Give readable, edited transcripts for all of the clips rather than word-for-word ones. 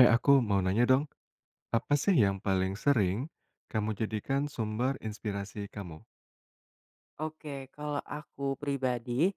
Eh, aku mau nanya dong, apa sih yang paling sering kamu jadikan sumber inspirasi kamu? Oke, kalau aku pribadi,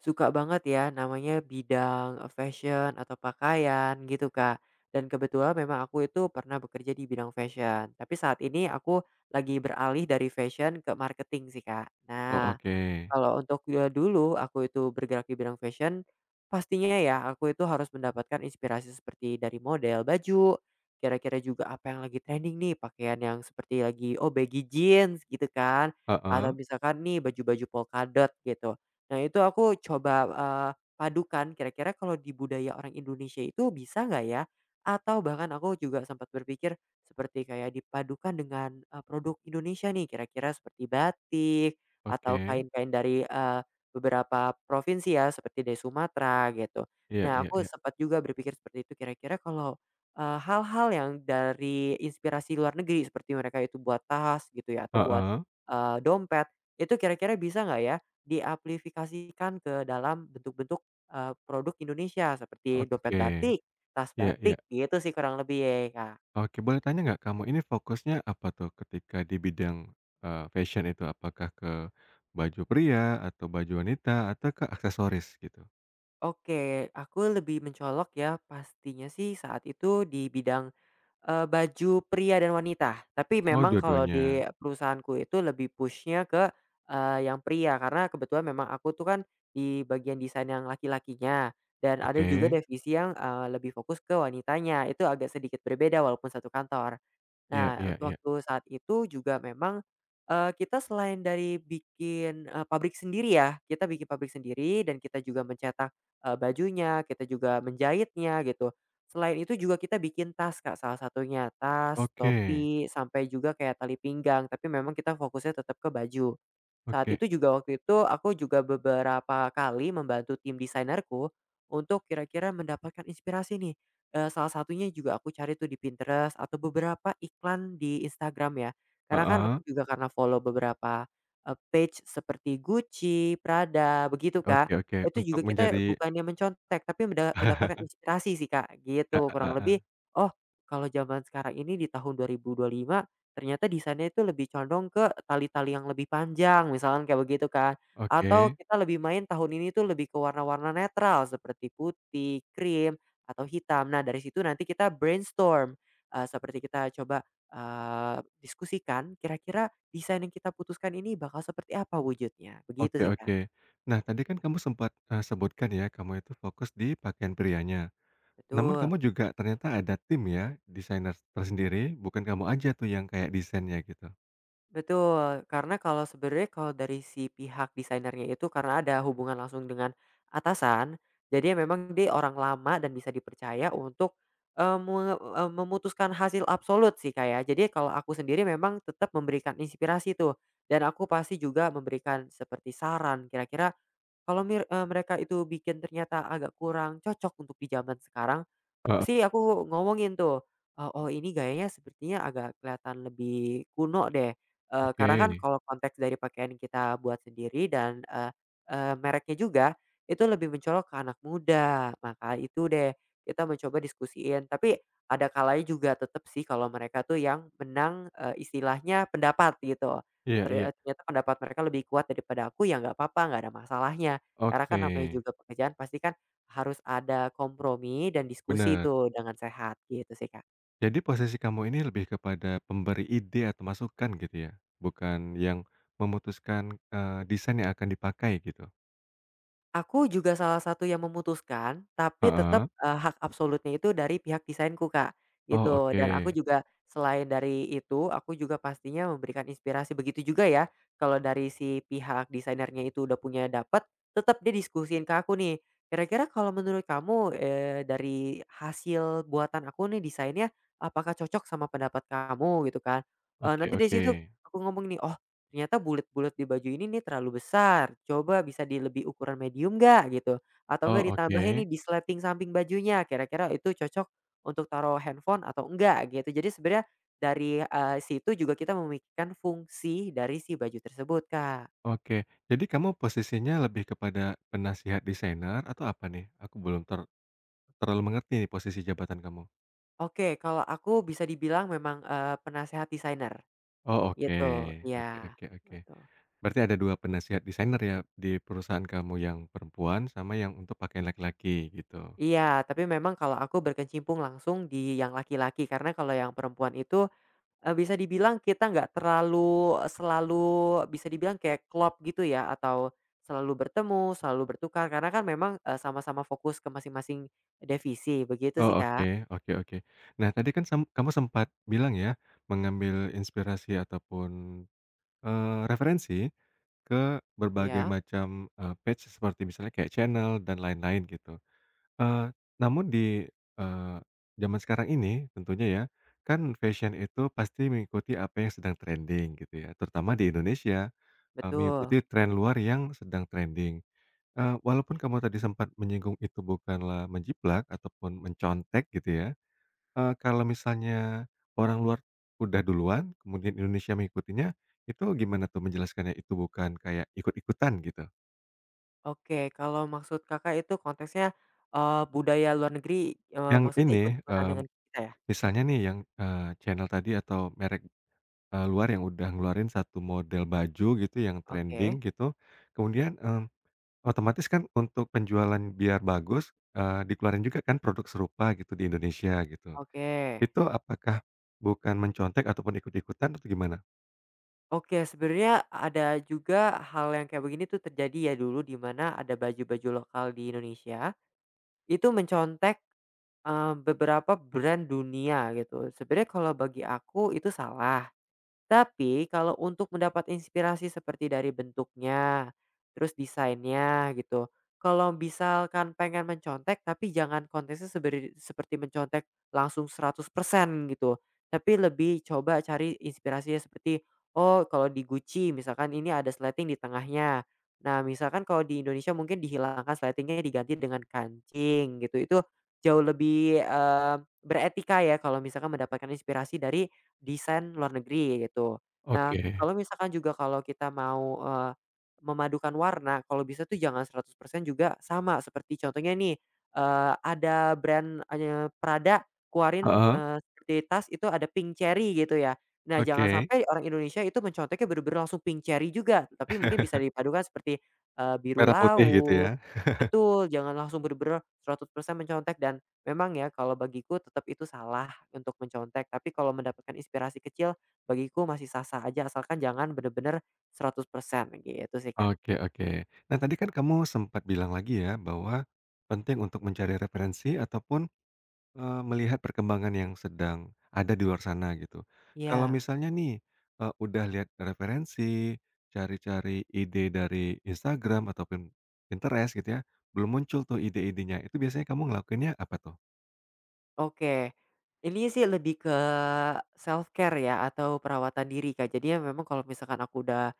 suka banget ya namanya bidang, fashion atau pakaian gitu, Kak. Dan kebetulan memang aku itu pernah bekerja di bidang fashion, tapi saat ini aku lagi beralih dari fashion ke marketing sih, Kak. Oh, Nah oke. kalau untuk ya dulu aku itu bergerak di bidang fashion, pastinya ya aku itu harus mendapatkan inspirasi seperti dari model baju, kira-kira juga apa yang lagi trending nih, pakaian yang seperti lagi, oh baggy jeans gitu kan, atau Heeh, misalkan nih baju-baju polkadot gitu. Nah itu aku coba, padukan kira-kira kalau di budaya orang Indonesia itu bisa nggak ya? Atau bahkan aku juga sempat berpikir seperti kayak dipadukan dengan, produk Indonesia nih, kira-kira seperti batik, atau oke. kain-kain dari, beberapa provinsi ya seperti dari Sumatera gitu. Iya Nah iya aku iya. sempat juga berpikir seperti itu kira-kira kalau, hal-hal yang dari inspirasi luar negeri seperti mereka itu buat tas gitu ya atau buat, Heeh, dompet, itu kira-kira bisa nggak ya diaplikasikan ke dalam bentuk-bentuk, produk Indonesia seperti dompet oke. batik, tas Iya iya. batik gitu sih kurang lebih, ya Kak. Oke, boleh tanya nggak kamu ini fokusnya apa tuh ketika di bidang, fashion itu? Apakah ke baju pria atau baju wanita atau ke aksesoris gitu? Oke, aku lebih mencolok ya pastinya sih saat itu di bidang, baju pria dan wanita. Tapi Oh, memang kalau di dua-duanya. perusahaanku itu lebih pushnya ke, yang pria karena kebetulan memang aku tuh kan di bagian desain yang laki-lakinya dan ada juga Oke. divisi yang, lebih fokus ke wanitanya, itu agak sedikit berbeda walaupun satu kantor. Iya Nah, iya untuk iya. waktu saat itu juga memang, kita selain dari bikin, pabrik sendiri ya, kita bikin pabrik sendiri dan kita juga mencetak, bajunya, kita juga menjahitnya gitu. Selain itu juga kita bikin tas Kak, salah satunya, tas, Oke topi, sampai juga kayak tali pinggang, tapi memang kita fokusnya tetap ke baju. Saat oke. itu juga waktu itu aku juga beberapa kali membantu tim desainerku untuk kira-kira mendapatkan inspirasi nih. Salah satunya juga aku cari tuh di Pinterest atau beberapa iklan di Instagram ya. Karena kan aku Heeh. juga karena follow beberapa, page seperti Gucci, Prada, begitu Oke Kak. oke. Itu Untuk juga kita menjadi bukannya mencontek tapi mendapatkan inspirasi sih Kak, gitu Heeh kurang heeh. lebih. Oh kalau zaman sekarang ini di tahun 2025 ternyata desainnya itu lebih condong ke tali-tali yang lebih panjang misalkan kayak begitu kan, atau Oke kita lebih main tahun ini tuh lebih ke warna-warna netral seperti putih, krim, atau hitam. Nah dari situ nanti kita brainstorm, seperti kita coba, diskusikan kira-kira desain yang kita putuskan ini bakal seperti apa wujudnya, oke begitu sih Kak. oke. Nah, tadi kan kamu sempat, sebutkan ya, kamu itu fokus di pakaian prianya. Namun Betul. kamu juga ternyata ada tim ya, desainer tersendiri, bukan kamu aja tuh yang kayak desainnya gitu? Betul, karena kalau sebenarnya kalau dari si pihak desainernya itu karena ada hubungan langsung dengan atasan, jadi ya memang dia orang lama dan bisa dipercaya untuk, memutuskan hasil absolut sih, kayak. Jadi kalau aku sendiri memang tetap memberikan inspirasi tuh, dan aku pasti juga memberikan seperti saran kira-kira kalau mereka itu bikin ternyata agak kurang cocok untuk di zaman sekarang. Heeh, Pasti aku ngomongin tuh, "Oh ini gayanya sepertinya agak kelihatan lebih kuno deh," oke. karena kan kalau konteks dari pakaian kita buat sendiri dan, eee eee, mereknya juga, itu lebih mencolok ke anak muda. Maka itu deh, kita mencoba diskusiin, tapi ada kalanya juga tetap sih kalau mereka tuh yang menang, istilahnya pendapat gitu. Iya iya. Ternyata pendapat mereka lebih kuat daripada aku, ya nggak apa-apa, nggak ada masalahnya. Karena kan Oke, namanya juga pekerjaan pasti kan harus ada kompromi dan diskusi bener. tuh dengan sehat, gitu sih, Kak. Jadi posisi kamu ini lebih kepada pemberi ide atau masukan gitu ya? Bukan yang memutuskan, desain yang akan dipakai gitu? Aku juga salah satu yang memutuskan, tapi Heeh. tetap, hak absolutnya itu dari pihak desainku, Kak, Oh, gitu. oke. Dan aku juga selain dari itu, aku juga pastinya memberikan inspirasi. Begitu juga ya, kalau dari si pihak desainernya itu udah punya dapat, tetap dia diskusiin ke aku nih, "Kira-kira kalau menurut kamu, dari hasil buatan aku nih desainnya, apakah cocok sama pendapat kamu?" Gitu kan. Oke Nanti dari oke. situ aku ngomong nih, ternyata bulat-bulat di baju ini nih terlalu besar, coba bisa di lebih ukuran medium nggak gitu, atau enggak Oh, oke. ditambahin nih di sleting samping bajunya kira-kira itu cocok untuk taruh handphone atau enggak gitu. Jadi sebenarnya dari, situ juga kita memikirkan fungsi dari si baju tersebut, Kak. Oke, jadi kamu posisinya lebih kepada penasihat desainer atau apa nih? Aku belum terlalu mengerti nih posisi jabatan kamu. Oke, kalau aku bisa dibilang memang, penasehat desainer Oh, oke. gitu, iya, Oke oke oke. betul. Berarti ada 2 penasihat desainer ya di perusahaan kamu, yang perempuan sama yang untuk pakaian laki-laki gitu? Iya, tapi memang kalau aku berkecimpung langsung di yang laki-laki karena kalau yang perempuan itu bisa dibilang kita nggak terlalu eh, selalu bisa dibilang kayak klop gitu ya atau selalu bertemu, selalu bertukar karena kan memang, sama-sama fokus ke masing-masing divisi, begitu sih, Oh, oke Kak. oke oke. Nah, tadi kan kamu sempat bilang ya, mengambil inspirasi ataupun, referensi ke berbagai Iya, macam, page seperti misalnya kayak channel dan lain-lain gitu. Eee, namun di, eee, zaman sekarang ini tentunya ya, kan fashion itu pasti mengikuti apa yang sedang trending gitu ya, terutama di Indonesia, betul. mengikuti tren luar yang sedang trending. Walaupun kamu tadi sempat menyinggung itu bukanlah menjiplak ataupun mencontek gitu ya, kalau misalnya orang luar udah duluan, kemudian Indonesia mengikutinya, itu gimana tuh menjelaskannya itu bukan kayak ikut-ikutan gitu? Oke, kalau maksud Kakak itu konteksnya, budaya luar negeri, Yang maksudnya ini, ikut-ikutan dengan kita ya? misalnya nih yang, channel tadi atau merek luar yang udah ngeluarin satu model baju gitu yang Oke, trending gitu, kemudian, otomatis kan untuk penjualan biar bagus, dikeluarin juga kan produk serupa gitu di Indonesia gitu. oke. Itu apakah bukan mencontek ataupun ikut-ikutan atau gimana? Oke, sebenarnya ada juga hal yang kayak begini tuh terjadi ya dulu di mana ada baju-baju lokal di Indonesia, itu mencontek beberapa brand dunia gitu. Sebenarnya kalau bagi aku itu salah, tapi kalau untuk mendapat inspirasi seperti dari bentuknya, terus desainnya gitu, kalau misalkan pengen mencontek tapi jangan konteksnya seperti mencontek langsung 100% gitu, tapi lebih coba cari inspirasinya seperti, oh kalau di Gucci misalkan ini ada slating di tengahnya. Nah misalkan kalau di Indonesia mungkin dihilangkan slatingnya diganti dengan kancing gitu, itu jauh lebih, beretika ya kalau misalkan mendapatkan inspirasi dari desain luar negeri gitu. Nah, Oke. kalau misalkan juga kalau kita mau, memadukan warna kalau bisa tuh jangan 100% juga sama seperti contohnya nih, ada brand, Prada keluarin, Heeh, seperti tas itu ada pink cherry gitu ya. Nah, jangan Oke. sampai orang Indonesia itu mencontohnya bener-bener langsung pink cherry juga, tapi mungkin bisa dipadukan seperti, biru Merah putih gitu ya. laut. Betul, jangan langsung bener-bener 100% mencontek dan memang ya kalau bagiku tetap itu salah. Untuk mencontek, tapi kalau mendapatkan inspirasi kecil, bagiku masih sah-sah aja asalkan jangan bener-bener 100% gitu sih, Kak. Oke oke. Nah, tadi kan kamu sempat bilang lagi ya bahwa penting untuk mencari referensi ataupun melihat perkembangan yang sedang ada di luar sana gitu. Kalau Iya, misalnya nih, udah lihat referensi, cari-cari ide dari Instagram ataupun Pinterest gitu ya, belum muncul tuh ide-idenya, itu biasanya kamu ngelakuinnya apa tuh? oke. Ini sih lebih ke self care ya atau perawatan diri, Kak. Jadinya memang kalau misalkan aku udah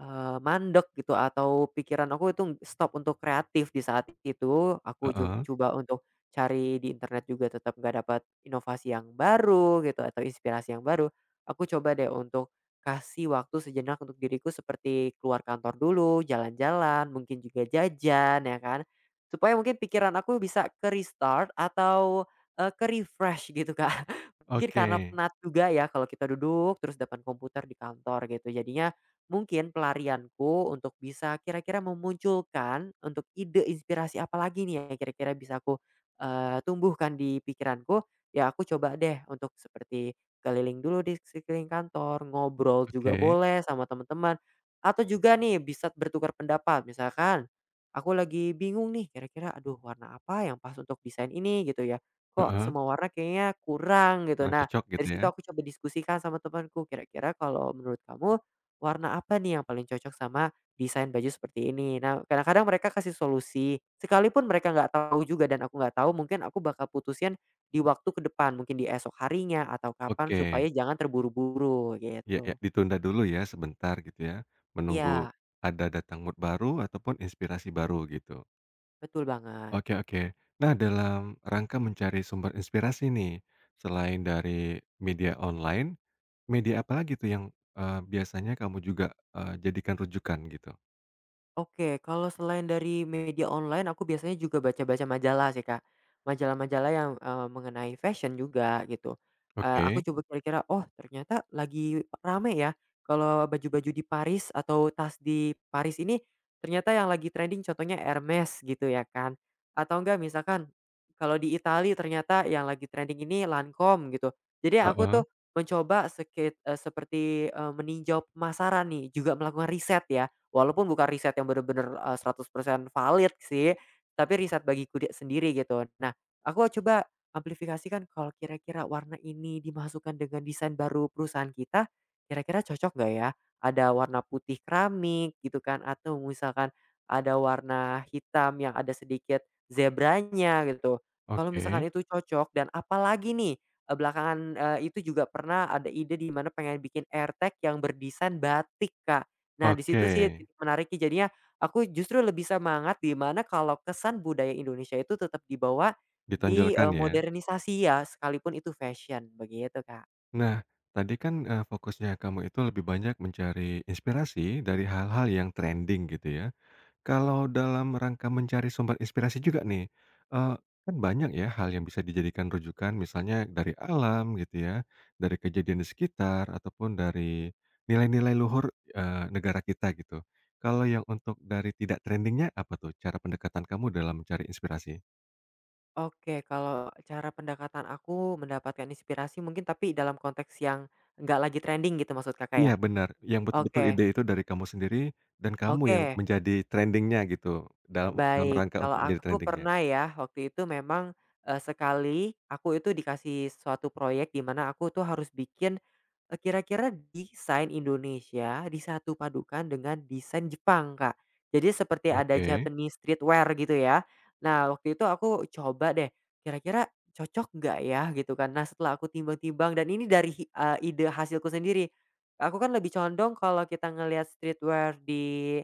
Mandek gitu atau pikiran aku itu stop untuk kreatif di saat itu, aku Heeh, coba untuk cari di internet juga tetap nggak dapat inovasi yang baru gitu atau inspirasi yang baru, aku coba deh untuk kasih waktu sejenak untuk diriku seperti keluar kantor dulu, jalan-jalan, mungkin juga jajan ya kan, supaya mungkin pikiran aku bisa ke-restart atau, ke-refresh gitu Kak. Mungkin oke karena penat juga ya kalau kita duduk terus depan komputer di kantor gitu, jadinya mungkin pelarianku untuk bisa kira-kira memunculkan untuk ide inspirasi apa lagi nih yang kira-kira bisa aku, tumbuhkan di pikiranku, ya aku coba deh untuk seperti keliling dulu di sekeliling kantor, ngobrol juga oke, boleh sama teman-teman, atau juga nih bisa bertukar pendapat. Misalkan, aku lagi bingung nih kira-kira, "Aduh warna apa yang pas untuk desain ini?" Gitu ya. Kok heeh, semua warna kayaknya kurang gitu. kurang Nah, cocok gitu dari situ ya? aku coba diskusikan sama temanku, kira-kira kalau menurut kamu warna apa nih yang paling cocok sama desain baju seperti ini? Nah, kadang-kadang mereka kasih solusi, sekalipun mereka nggak tahu juga dan aku nggak tahu, mungkin aku bakal putusin di waktu ke depan, mungkin di esok harinya atau kapan supaya Oke, jangan terburu-buru ya ya gitu. ditunda dulu ya sebentar gitu ya, menunggu Iya, ada datang mood baru ataupun inspirasi baru gitu. betul banget. Oke oke. Nah, dalam rangka mencari sumber inspirasi nih, selain dari media online, media apa lagi tuh yang, biasanya kamu juga, jadikan rujukan gitu? Oke, kalau selain dari media online aku biasanya juga baca-baca majalah sih, Kak. Majalah-majalah yang, mengenai fashion juga gitu. Aku Oke, coba kira-kira, "Oh ternyata lagi rame ya kalau baju-baju di Paris atau tas di Paris ini ternyata yang lagi trending contohnya Hermes," gitu ya kan. Atau enggak misalkan kalau di Italia ternyata yang lagi trending ini Lancome gitu. Jadi aku heeh, tuh mencoba seperti, meninjau pemasaran nih, juga melakukan riset ya. Walaupun bukan riset yang bener-bener, 100% valid sih, tapi riset bagiku di sendiri gitu. Nah, aku coba amplifikasikan kalau kira-kira warna ini dimasukkan dengan desain baru perusahaan kita, kira-kira cocok nggak ya? Ada warna putih keramik gitu kan, atau misalkan ada warna hitam yang ada sedikit zebranya gitu. Kalau misalkan oke, itu cocok dan apalagi nih, belakangan, itu juga pernah ada ide di mana pengen bikin airtag yang berdesain batik, Kak. Nah, di oke, situ sih titik menariknya jadinya aku justru lebih semangat di mana kalau kesan budaya Indonesia itu tetap dibawa di, ditonjolkan ya. modernisasi ya, sekalipun itu fashion, begitu, Kak. Nah, tadi kan, fokusnya kamu itu lebih banyak mencari inspirasi dari hal-hal yang trending gitu ya. Kalau dalam rangka mencari sumber inspirasi juga nih, eee, kan banyak ya hal yang bisa dijadikan rujukan misalnya dari alam gitu ya, dari kejadian di sekitar ataupun dari nilai-nilai luhur, negara kita gitu. Kalau yang untuk dari tidak trending-nya apa tuh cara pendekatan kamu dalam mencari inspirasi? Oke, kalau cara pendekatan aku mendapatkan inspirasi mungkin tapi dalam konteks yang nggak lagi trending gitu maksud Kakak Iya ya? benar, yang betul-betul ide Oke, itu dari kamu sendiri dan kamu yang oke, menjadi trending-nya gitu dalam dalam baik. rangka Kalau untuk menjadi aku trending-nya. pernah ya, waktu itu memang, sekali aku itu dikasih suatu proyek di mana aku tuh harus bikin kira-kira desain Indonesia disatu padukan dengan desain Jepang, Kak. Jadi seperti ada Oke, Japanese streetwear gitu ya. Nah, waktu itu aku coba deh, kira-kira cocok nggak ya gitu kan. Nah, setelah aku timbang-timbang dan ini dari ide hasilku sendiri. Aku kan lebih condong kalau kita ngelihat streetwear di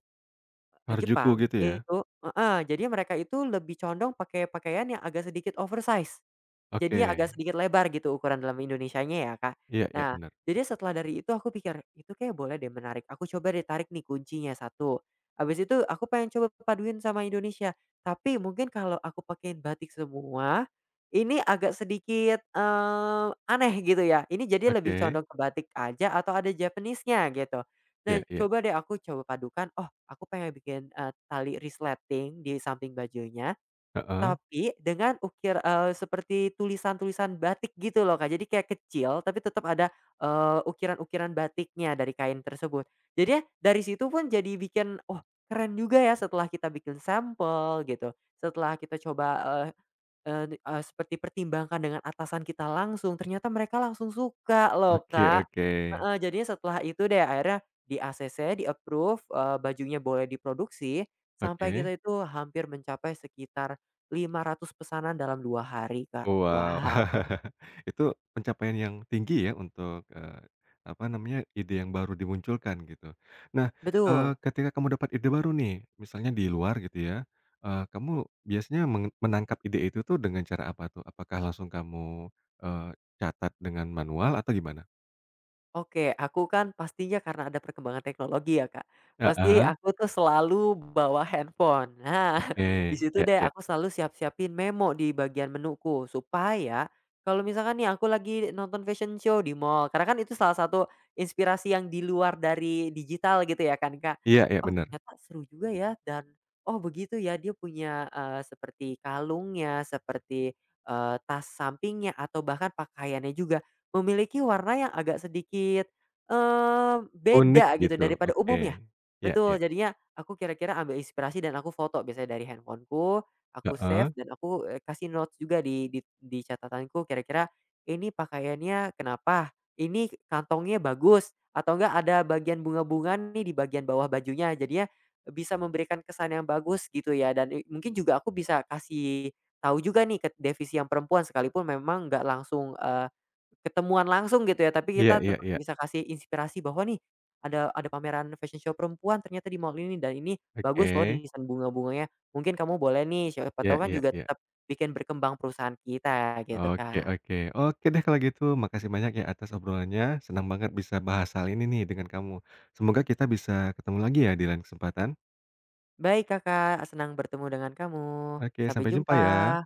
Harajuku Jepang gitu ya? itu, heeh, jadi mereka itu lebih condong pakai pakaian yang agak sedikit oversize. Oke, Jadi yang agak sedikit lebar gitu ukuran dalam Indonesianya ya, Kak. iya iya Nah, benar. jadi setelah dari itu aku pikir, "Itu kayaknya boleh deh menarik." Aku coba deh tarik nih kuncinya satu. Habis itu aku pengen coba paduin sama Indonesia. Tapi mungkin kalau aku pakein batik semua, ini agak sedikit, aneh gitu ya. Ini jadi lebih Oke, condong ke batik aja atau ada Japanese-nya gitu. iya Nah, iya, coba deh aku coba padukan, "Oh, aku pengen bikin, tali resleting di samping bajunya, heeh, tapi dengan seperti tulisan-tulisan batik gitu loh, Kak. Jadi kayak kecil, tapi tetap ada, ukiran-ukiran batiknya dari kain tersebut." Jadinya dari situ pun jadi bikin, "Oh, keren juga ya," setelah kita bikin sampel gitu, setelah kita coba, eh, di seperti pertimbangkan dengan atasan kita langsung, ternyata mereka langsung suka loh, oke Kak. oke, Heeh, jadinya setelah itu deh akhirnya di-ACC, di-approve, bajunya boleh diproduksi, sampai oke. kita itu hampir mencapai sekitar 500 pesanan dalam 2 hari, Kak. Oh, wow, Wow. itu pencapaian yang tinggi ya untuk, apa namanya, ide yang baru dimunculkan gitu. Nah, Betul. ketika kamu dapat ide baru nih, misalnya di luar gitu ya, kamu biasanya menangkap ide itu tuh dengan cara apa tuh? Apakah langsung kamu, eee, catat dengan manual atau gimana? Oke, aku kan pastinya karena ada perkembangan teknologi ya, Kak, pasti Heeh, aku tuh selalu bawa handphone. Nah, oke, di situ iya deh iya, aku selalu siap-siapin memo di bagian menuku, supaya kalau misalkan nih aku lagi nonton fashion show di mall, karena kan itu salah satu inspirasi yang di luar dari digital gitu ya kan, Kak. iya iya, Oh, benar, ternyata seru juga ya dan oh begitu ya dia punya, seperti kalungnya, seperti, tas sampingnya atau bahkan pakaiannya juga. Memiliki warna yang agak sedikit, unik beda gitu gitu, daripada oke, umumnya. iya iya, Betul, jadinya aku kira-kira ambil inspirasi dan aku foto biasanya dari handphoneku aku heeh. save dan aku, kasih notes juga di catatanku kira-kira ini pakaiannya kenapa, ini kantongnya bagus, atau enggak ada bagian bunga-bunga nih di bagian bawah bajunya jadinya bisa memberikan kesan yang bagus gitu ya dan, mungkin juga aku bisa kasih tahu juga nih ke divisi yang perempuan sekalipun memang nggak langsung, ketemuan langsung gitu ya, tapi Iya kita iya tetap iya. bisa kasih inspirasi bahwa nih, ada pameran fashion show perempuan ternyata di mall ini dan ini bagus loh Oke. desain bunga-bunganya, mungkin kamu boleh nih, siapa Iya tahu kan iya juga iya. tetap bikin berkembang perusahaan kita gitu, Oke Kak. oke. Oke deh kalau gitu makasih banyak ya atas obrolannya, senang banget bisa bahas hal ini nih dengan kamu. Semoga kita bisa ketemu lagi ya di lain kesempatan. Baik Kakak, senang bertemu dengan kamu. Oke, Sampai sampai jumpa jumpa. ya.